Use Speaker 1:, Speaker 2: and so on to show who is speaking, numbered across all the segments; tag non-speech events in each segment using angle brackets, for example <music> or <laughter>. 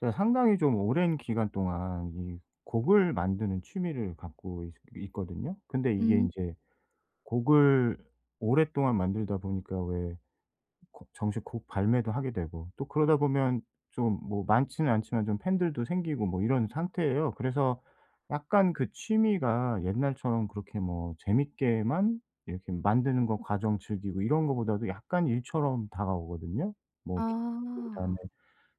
Speaker 1: 제가 상당히 좀 오랜 기간 동안 이 곡을 만드는 취미를 갖고 있 있거든요. 근데 이게
Speaker 2: 음.
Speaker 1: 이제 곡을 오랫동안 만들다 보니까 왜 정식 곡 발매도 하게 되고 또 그러다 보면 좀 뭐 많지는 않지만 좀 팬들도 생기고 뭐 이런 상태예요. 그래서 약간 그 취미가 옛날처럼 그렇게 뭐 재밌게만 이렇게 만드는 거 과정 즐기고 이런 거보다도 약간 일처럼 다가오거든요. 뭐 그다음에
Speaker 2: 아.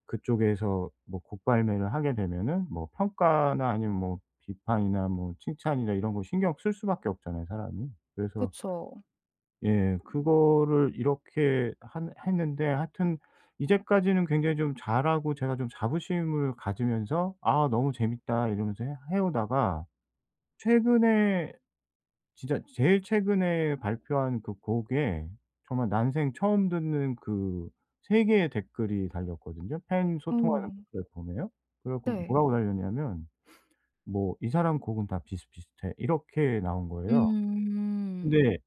Speaker 1: 그쪽에서 뭐 곡 발매를 하게 되면은 뭐 평가나 아니면 뭐 비판이나 뭐 칭찬이나 이런 거 신경 쓸 수밖에 없잖아요, 사람이. 그래서
Speaker 2: 그쵸.
Speaker 1: 예 그거를 이렇게 한 했는데 하여튼 이제까지는 굉장히 좀 잘하고 제가 좀 자부심을 가지면서 '아 너무 재밌다.' 이러면서 해 오다가 최근에 진짜 제일 최근에 발표한 그 곡에 정말 난생 처음 듣는 그 3 개의 댓글이 달렸거든요, 팬
Speaker 2: 어.
Speaker 1: 소통하는 그 플랫폼에요. 그래 갖고
Speaker 2: 네.
Speaker 1: 뭐라고 달렸냐면 뭐 "이 사람 곡은 다 비슷비슷해." 이렇게 나온 거예요.
Speaker 2: 음.
Speaker 1: 근데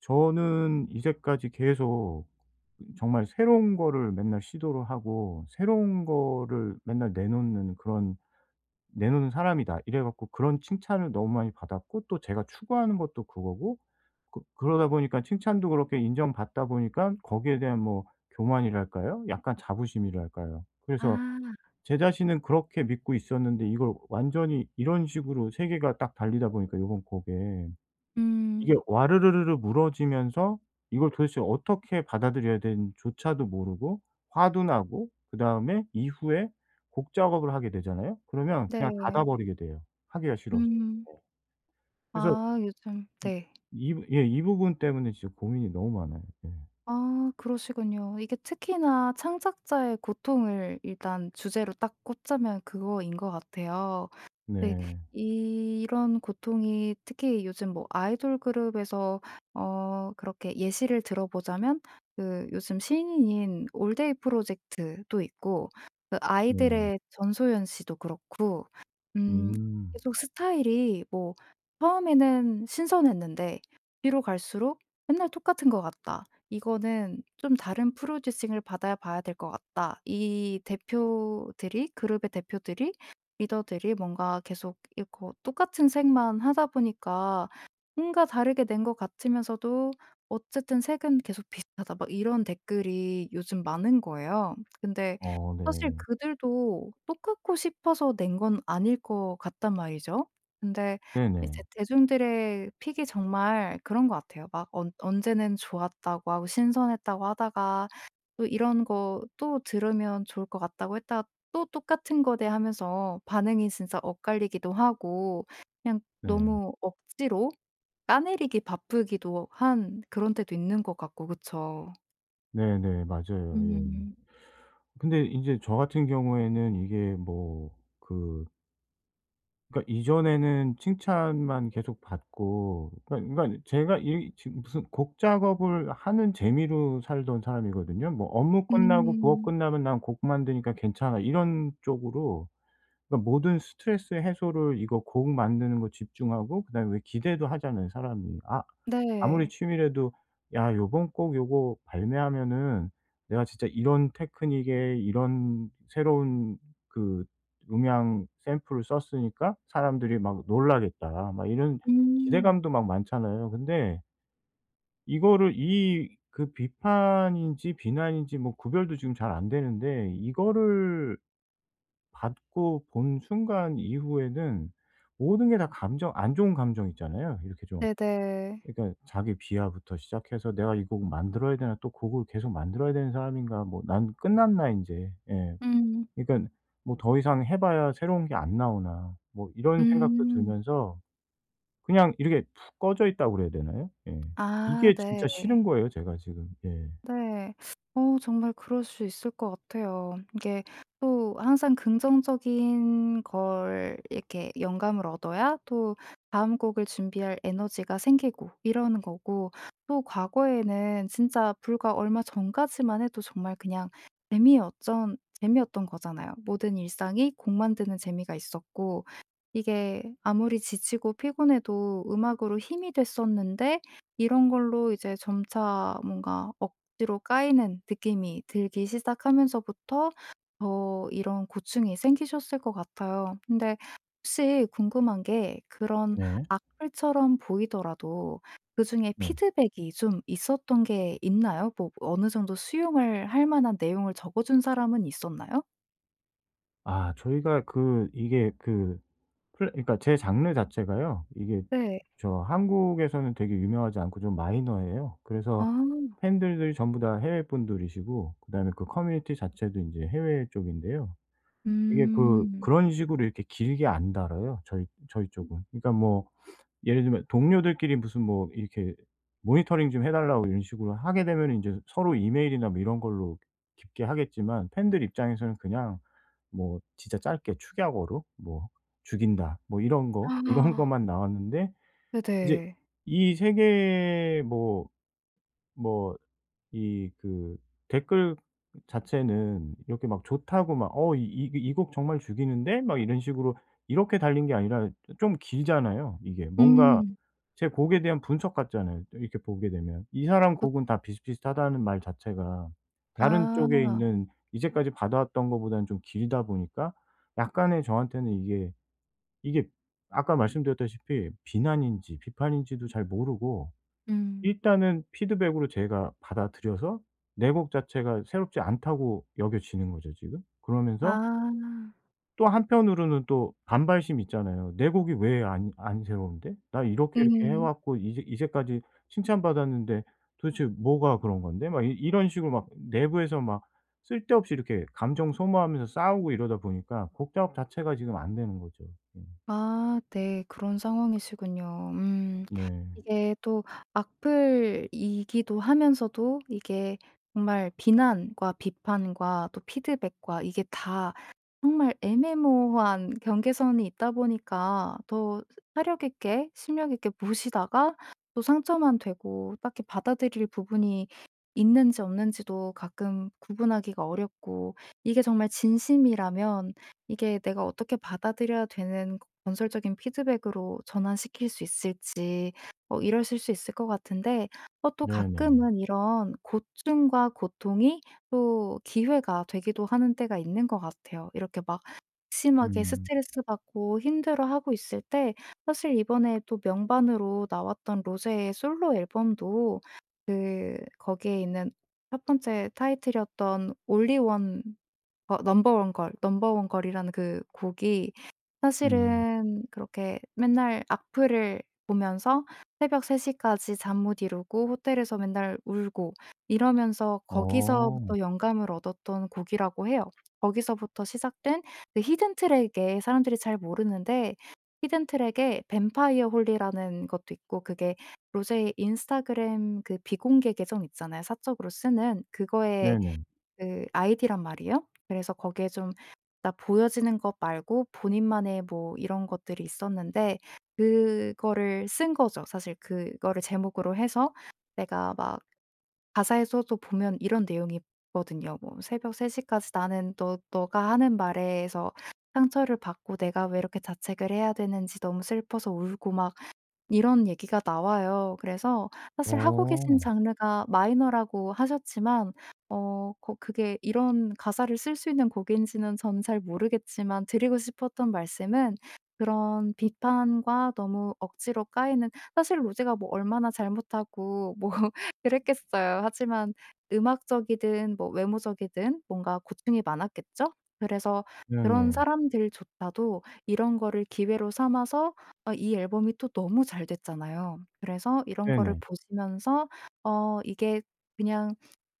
Speaker 1: 저는 이제까지 계속 정말 새로운 거를 맨날 시도를 하고 새로운 거를 맨날 내놓는 그런 '내놓는 사람이다.' 이래 갖고 그런 칭찬을 너무 많이 받았고 또 제가 추구하는 것도 그거고 그 그러다 보니까 칭찬도 그렇게 인정받다 보니까 거기에 대한 뭐 교만이랄까요? 약간 자부심이랄까요? 그래서
Speaker 2: 아.
Speaker 1: 제 자신은 그렇게 믿고 있었는데 이걸 완전히 이런 식으로 세계가 딱 달리다 보니까 요번 곡에
Speaker 2: 음.
Speaker 1: 이게 와르르르르 무너지면서 이걸 도대체 어떻게 받아들여야 되는지조차도 모르고 화도 나고 그다음에 이후에 곡 작업을 하게 되잖아요? 그러면 그냥 닫아
Speaker 2: 네.
Speaker 1: 버리게 돼요, 하기가 싫어서.
Speaker 2: 음.
Speaker 1: 네. 그래서
Speaker 2: 아 요즘,
Speaker 1: 이
Speaker 2: 네.
Speaker 1: 이 부 예 이 부분 때문에 진짜 고민이 너무 많아요. 예.
Speaker 2: 아, 그러시군요. 이게 특히나 창작자의 고통을 일단 주제로 딱 꽂자면 그거인 것 같아요. 네.
Speaker 1: 네.
Speaker 2: 이런 고통이 특히 요즘 뭐 아이돌 그룹에서 어 그렇게 예시를 들어보자면, 그 요즘 신인인 올데이 프로젝트도 있고 그
Speaker 1: 네.
Speaker 2: 아이들의 전소연 씨도 그렇고. 음.
Speaker 1: 음.
Speaker 2: 계속 스타일이 뭐 처음에는 신선했는데 뒤로 갈수록 맨날 똑같은 것 같다. 이거는 좀 다른 프로듀싱을 받아 봐야 될 것 같다. 이 대표들이, 그룹의 대표들이 리더들이 뭔가 계속 이거 똑같은 색만 하다 보니까 뭔가 다르게 낸 것 같으면서도 "어쨌든 색은 계속 비슷하다." 막 이런 댓글이 요즘 많은 거예요. 근데
Speaker 1: 어
Speaker 2: 사실
Speaker 1: 네.
Speaker 2: 그들도 똑같고 싶어서 낸 건 아닐 것 같단 말이죠. 근데 이제
Speaker 1: 네네.
Speaker 2: 대중들의 픽이 정말 그런 것 같아요. 막 언 언제는 좋았다고 하고 신선했다고 하다가 또 이런 거 또 들으면 좋을 것 같다고 했다가 또 똑같은 거대 하면서 반응이 진짜 엇갈리기도 하고 그냥
Speaker 1: 네.
Speaker 2: 너무 억지로 까내리기 바쁘기도 한 그런 때도 있는 것 같고, 그쵸?
Speaker 1: 네네. 맞아요. 예.
Speaker 2: 음.
Speaker 1: 근데 인제 저 같은 경우에는 이게 뭐 그 그러니까 이전에는 칭찬만 계속 받고 그러니까 제가 이 지금 무슨 곡 작업을 하는 재미로 살던 사람이거든요. 뭐 업무 끝나고 부업
Speaker 2: 음.
Speaker 1: 끝나면 '난 곡 만드니까 괜찮아.' 이런 쪽으로 그러니까 모든 스트레스 해소를 이거 곡 만드는 거 집중하고 그다음에 왜 기대도 하잖아요, 사람이. 아 아무리
Speaker 2: 네.
Speaker 1: 취미라도 '야 요번 곡 요거 발매하면은 내가 진짜 이런 테크닉에 이런 새로운 그 음향 샘플을 썼으니까 사람들이 막 놀라겠다.' 막 이런
Speaker 2: 음.
Speaker 1: 기대감도 막 많잖아요. 근데 이거를 이 그 비판인지 비난인지 뭐 구별도 지금 잘 안 되는데 이거를 받고 본 순간 이후에는 모든 게 다 감정 안 좋은 감정 있잖아요. 이렇게 좀
Speaker 2: 네네.
Speaker 1: 그러니까 자기 비하부터 시작해서 '내가 이 곡을 만들어야 되나? 또 곡을 계속 만들어야 되는 사람인가? 뭐 난 끝났나 인제.' 예.
Speaker 2: 음.
Speaker 1: 그러니깐 '뭐 더 이상 해 봐야 새로운 게 안 나오나?' 뭐 이런 생각도
Speaker 2: 음.
Speaker 1: 들면서 그냥 이렇게 푹 꺼져 있다고 그래야 되나요? 예.
Speaker 2: 아
Speaker 1: 이게
Speaker 2: 네.
Speaker 1: 진짜 싫은 거예요 제가 지금. 예.
Speaker 2: 네. 어 정말 그럴 수 있을 것 같아요. 이게 또 항상 긍정적인 걸 이렇게 영감을 얻어야 또 다음 곡을 준비할 에너지가 생기고 이러는 거고, 또 과거에는 진짜 불과 얼마 전까지만 해도 정말 그냥 재미였던 거잖아요. 모든 일상이 곡 만드는 재미가 있었고 이게 아무리 지치고 피곤해도 음악으로 힘이 됐었는데 이런 걸로 이제 점차 뭔가 억지로 까이는 느낌이 들기 시작하면서부터 더 이런 고충이 생기셨을 것 같아요. 근데 혹시 궁금한 게, 그런
Speaker 1: 네.
Speaker 2: 악플처럼 보이더라도 그중에
Speaker 1: 네.
Speaker 2: 피드백이 좀 있었던 게 있나요? 뭐 어느 정도 수용을 할 만한 내용을 적어준 사람은 있었나요?
Speaker 1: 아 저희가 그 이게 그 플레 그러니까 제 장르 자체가요. 이게
Speaker 2: 네.
Speaker 1: 저 한국에서는 되게 유명하지 않고 좀 마이너해요. 그래서
Speaker 2: 아.
Speaker 1: 팬들들이 전부 다 해외 분들이시고 그다음에 그 커뮤니티 자체도 인제 해외 쪽인데요. 이게 그
Speaker 2: 음.
Speaker 1: 그런 식으로 이렇게 길게 안 달아요 저희 쪽은. 그러니까 뭐 예를 들면 동료들끼리 무슨 뭐 이렇게 모니터링 좀 해 달라고 이런 식으로 하게 되면은 인제 서로 이메일이나 뭐 이런 걸로 깊게 하겠지만 팬들 입장에서는 그냥 뭐 진짜 짧게 축약어로 뭐 "죽인다." 뭐 이런
Speaker 2: <gasps>
Speaker 1: 거, 이런
Speaker 2: 아.
Speaker 1: 것만 나왔는데 이제
Speaker 2: 네네.
Speaker 1: 이 세 개의 뭐뭐 이 그 댓글 자체는 이렇게 막 좋다고 막 "어 이 곡 정말 죽이는데?" 막 이런 식으로 이렇게 달린 게 아니라 좀 길잖아요 이게. 뭔가
Speaker 2: 음.
Speaker 1: 제 곡에 대한 분석 같잖아요 또 이렇게 보게 되면. "이 사람
Speaker 2: 그.
Speaker 1: 곡은 다 비슷비슷하다."는 말 자체가 다른 쪽에
Speaker 2: 아.
Speaker 1: 있는 이제까지 받아왔던 것보다는 좀 길다 보니까 약간의 저한테는 이게, 이게 아까 말씀드렸다시피 비난인지 비판인지도 잘 모르고
Speaker 2: 음.
Speaker 1: 일단은 피드백으로 제가 받아들여서 내곡 자체가 새롭지 않다고 여겨지는 거죠 지금. 그러면서
Speaker 2: 아.
Speaker 1: 또 한편으로는 또 반발심 있잖아요. '내 곡이 왜 안 새로운데? 나 이렇게 이렇게 해
Speaker 2: 음.
Speaker 1: 왔고 이제까지 칭찬받았는데 도대체 뭐가 그런 건데?' 막 이 이런 식으로 막 내부에서 막 쓸데없이 이렇게 감정 소모하면서 싸우고 이러다 보니까 곡 작업 자체가 지금 안 되는 거죠. 음.
Speaker 2: 아 네. 그런 상황이시군요. 음.
Speaker 1: 네.
Speaker 2: 이게 또 악플이기도 하면서도 이게 정말 비난과 비판과 또 피드백과, 이게 다 정말 애매모호한 경계선이 있다 보니까 더 사려 깊게 심력 있게 보시다가 또 상처만 되고 딱히 받아들일 부분이 있는지 없는지도 가끔 구분하기가 어렵고 이게 정말 진심이라면 이게 내가 어떻게 받아들여야 되는, 건설적인 피드백으로 전환시킬 수 있을지, 어 이러실 수 있을 것 같은데, 어 또
Speaker 1: 네네.
Speaker 2: 가끔은 이런 고충과 고통이 또 기회가 되기도 하는 때가 있는 것 같아요. 이렇게 막 심하게
Speaker 1: 음.
Speaker 2: 스트레스받고 힘들어하고 있을 때, 사실 이번에 또 명반으로 나왔던 로제의 솔로 앨범도, 그 거기에 있는 첫 번째 타이틀이었던 'Only One', 어 넘버 원 걸이라는 그 곡이
Speaker 1: 음.
Speaker 2: 사실은 그렇게 맨날 악플을 보면서 새벽 3 시까지 잠 못 이루고 호텔에서 맨날 울고 이러면서
Speaker 1: 어.
Speaker 2: 거기서부터 영감을 얻었던 곡이라고 해요. 거기서부터 시작된 그 히든 트랙에, 사람들이 잘 모르는데 히든 트랙에 뱀파이어 홀리라는 것도 있고, 그게 로제의 인스타그램 그 비공개 계정 있잖아요, 사적으로 쓰는. 그거에
Speaker 1: 네네.
Speaker 2: 그 아이디란 말이에요. 그래서 거기에 좀 나 보여지는 것 말고 본인만의 뭐 이런 것들이 있었는데 그거를 쓴 거죠. 사실 그거를 제목으로 해서 내가 막, 가사에서도 보면 이런 내용이거든요. 뭐 "새벽 3 시까지 나는 너 너가 하는 말에서 상처를 받고 내가 왜 이렇게 자책을 해야 되는지 너무 슬퍼서 울고 막", 이런 얘기가 나와요. 그래서 사실 하고 계신
Speaker 1: 어.
Speaker 2: 장르가 마이너라고 하셨지만, 어 거 그게 이런 가사를 쓸 수 있는 곡인지는 전 잘 모르겠지만 드리고 싶었던 말씀은, 그런 비판과 너무 억지로 까이는, 사실 로제가 뭐 얼마나 잘못하고 뭐 <laughs> 그랬겠어요. 하지만 음악적이든 뭐 외모적이든 뭔가 고충이 많았겠죠? 그래서 그런
Speaker 1: 네네.
Speaker 2: 사람들조차도 이런 거를 기회로 삼아서, 아, 이 앨범이 또 너무 잘 됐잖아요. 그래서 이런 거를
Speaker 1: 네네.
Speaker 2: 보시면서, 어 이게 그냥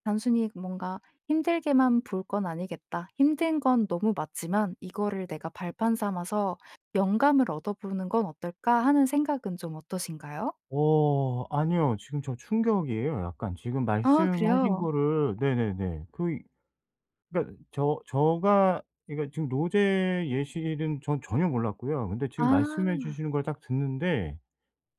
Speaker 2: 단순히 뭔가 '힘들게만 볼 건 아니겠다. 힘든 건 너무 맞지만 이거를 내가 발판 삼아서 영감을 얻어보는 건 어떨까?' 하는 생각은 좀 어떠신가요?
Speaker 1: 어 아니요. 지금 저 충격이에요 약간. 지금
Speaker 2: 아
Speaker 1: 말씀하신
Speaker 2: 그래요?
Speaker 1: 거를 네네네. 그 그러니까 제가 그러니까 지금 노제 예시는 전 전혀 몰랐고요. 근데 지금 말씀해
Speaker 2: 아.
Speaker 1: 주시는 걸 딱 듣는데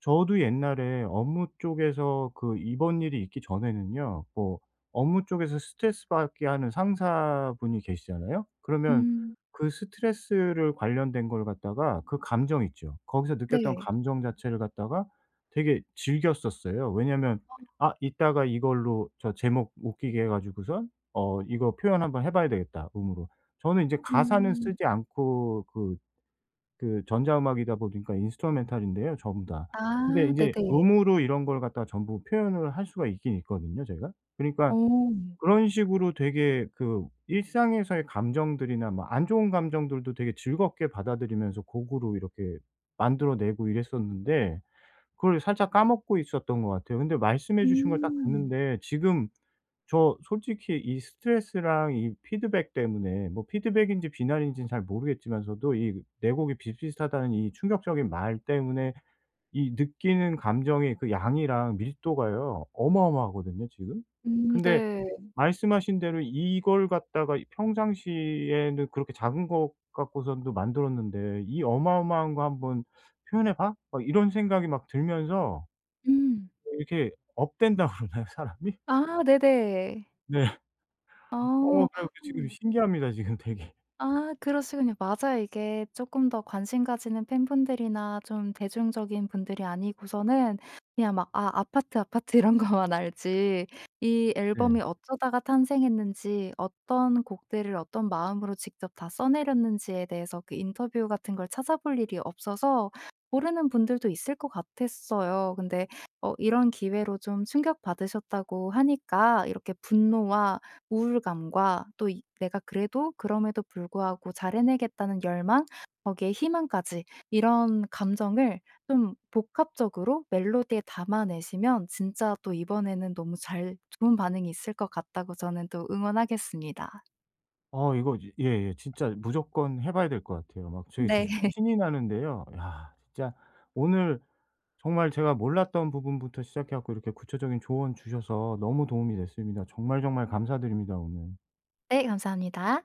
Speaker 1: 저도 옛날에 업무 쪽에서 그 이번 일이 있기 전에는요. 뭐 업무 쪽에서 스트레스 받게 하는 상사분이 계시잖아요. 그러면
Speaker 2: 음.
Speaker 1: 그 스트레스를 관련된 걸 갖다가 그 감정 있죠. 거기서 느꼈던
Speaker 2: 네.
Speaker 1: 감정 자체를 갖다가 되게 즐겼었어요. 왜냐면
Speaker 2: 어.
Speaker 1: '아 이따가 이걸로 저 제목 웃기게 해 가지고선 어 이거 표현 한번 해 봐야 되겠다, 음으로.' 저는 이제 가사는
Speaker 2: 음.
Speaker 1: 쓰지 않고 그 전자음악이다 보니까 인스트루멘탈인데요, 전부 다. 근데
Speaker 2: 아
Speaker 1: 인제
Speaker 2: 네네.
Speaker 1: 음으로 이런 걸 갖다가 전부 표현을 할 수가 있긴 있거든요, 제가. 그러니까
Speaker 2: 오.
Speaker 1: 그런 식으로 되게 그 일상에서의 감정들이나 뭐 안 좋은 감정들도 되게 즐겁게 받아들이면서 곡으로 이렇게 만들어 내고 이랬었는데 그걸 살짝 까먹고 있었던 것 같아요. 근데 말씀해 주신 걸 딱
Speaker 2: 음.
Speaker 1: 듣는데 지금 저 솔직히 이 스트레스랑 이 피드백 때문에 뭐 피드백인지 비난인지는 잘 모르겠지만서도 이 내곡이 비슷비슷하다는 이 충격적인 말 때문에 이 느끼는 감정의 그 양이랑 밀도가요 어마어마하거든요 지금. 근데
Speaker 2: 네.
Speaker 1: 말씀하신 대로 이걸 갖다가 이 평상시에는 그렇게 작은 것 갖고선도 만들었는데 '이 어마어마한 거 한번 표현해 봐.' 막 이런 생각이 막 들면서
Speaker 2: 음.
Speaker 1: 이렇게 업된다고 <laughs> 그러나요 사람이?
Speaker 2: 아 네네.
Speaker 1: 네.
Speaker 2: 어.
Speaker 1: 어 그래 고 지금 신기합니다 지금 되게.
Speaker 2: 아 그러시군요. 맞아요. 이게 조금 더 관심 가지는 팬분들이나 좀 대중적인 분들이 아니고서는 그냥 막 아 아파트, 아파트 <laughs> 이런 것만 알지 이
Speaker 1: 네.
Speaker 2: 앨범이 어쩌다가 탄생했는지 어떤 곡들을 어떤 마음으로 직접 다 써 내렸는지에 대해서 그 인터뷰 같은 걸 찾아볼 일이 없어서 모르는 분들도 있을 것 같았어요. 근데 어 이런 기회로 좀 충격받으셨다고 하니까, 이렇게 분노와 우울감과 또 이 내가 그래도 그럼에도 불구하고 잘 해내겠다는 열망, 거기에 희망까지, 이런 감정을 좀 복합적으로 멜로디에 담아내시면 진짜 또 이번에는 너무 잘, 좋은 반응이 있을 것 같다고 저는 또 응원하겠습니다.
Speaker 1: 어 이거 이제 예예 진짜 무조건 해 봐야 될 것 같아요. 막 저희
Speaker 2: 네.
Speaker 1: 지금
Speaker 2: <laughs>
Speaker 1: 신이 나는데요. 야 진짜 오늘 정말 제가 몰랐던 부분부터 시작해 갖고 이렇게 구체적인 조언 주셔서 너무 도움이 됐습니다. 정말 정말 감사드립니다 오늘.
Speaker 2: 네 감사합니다.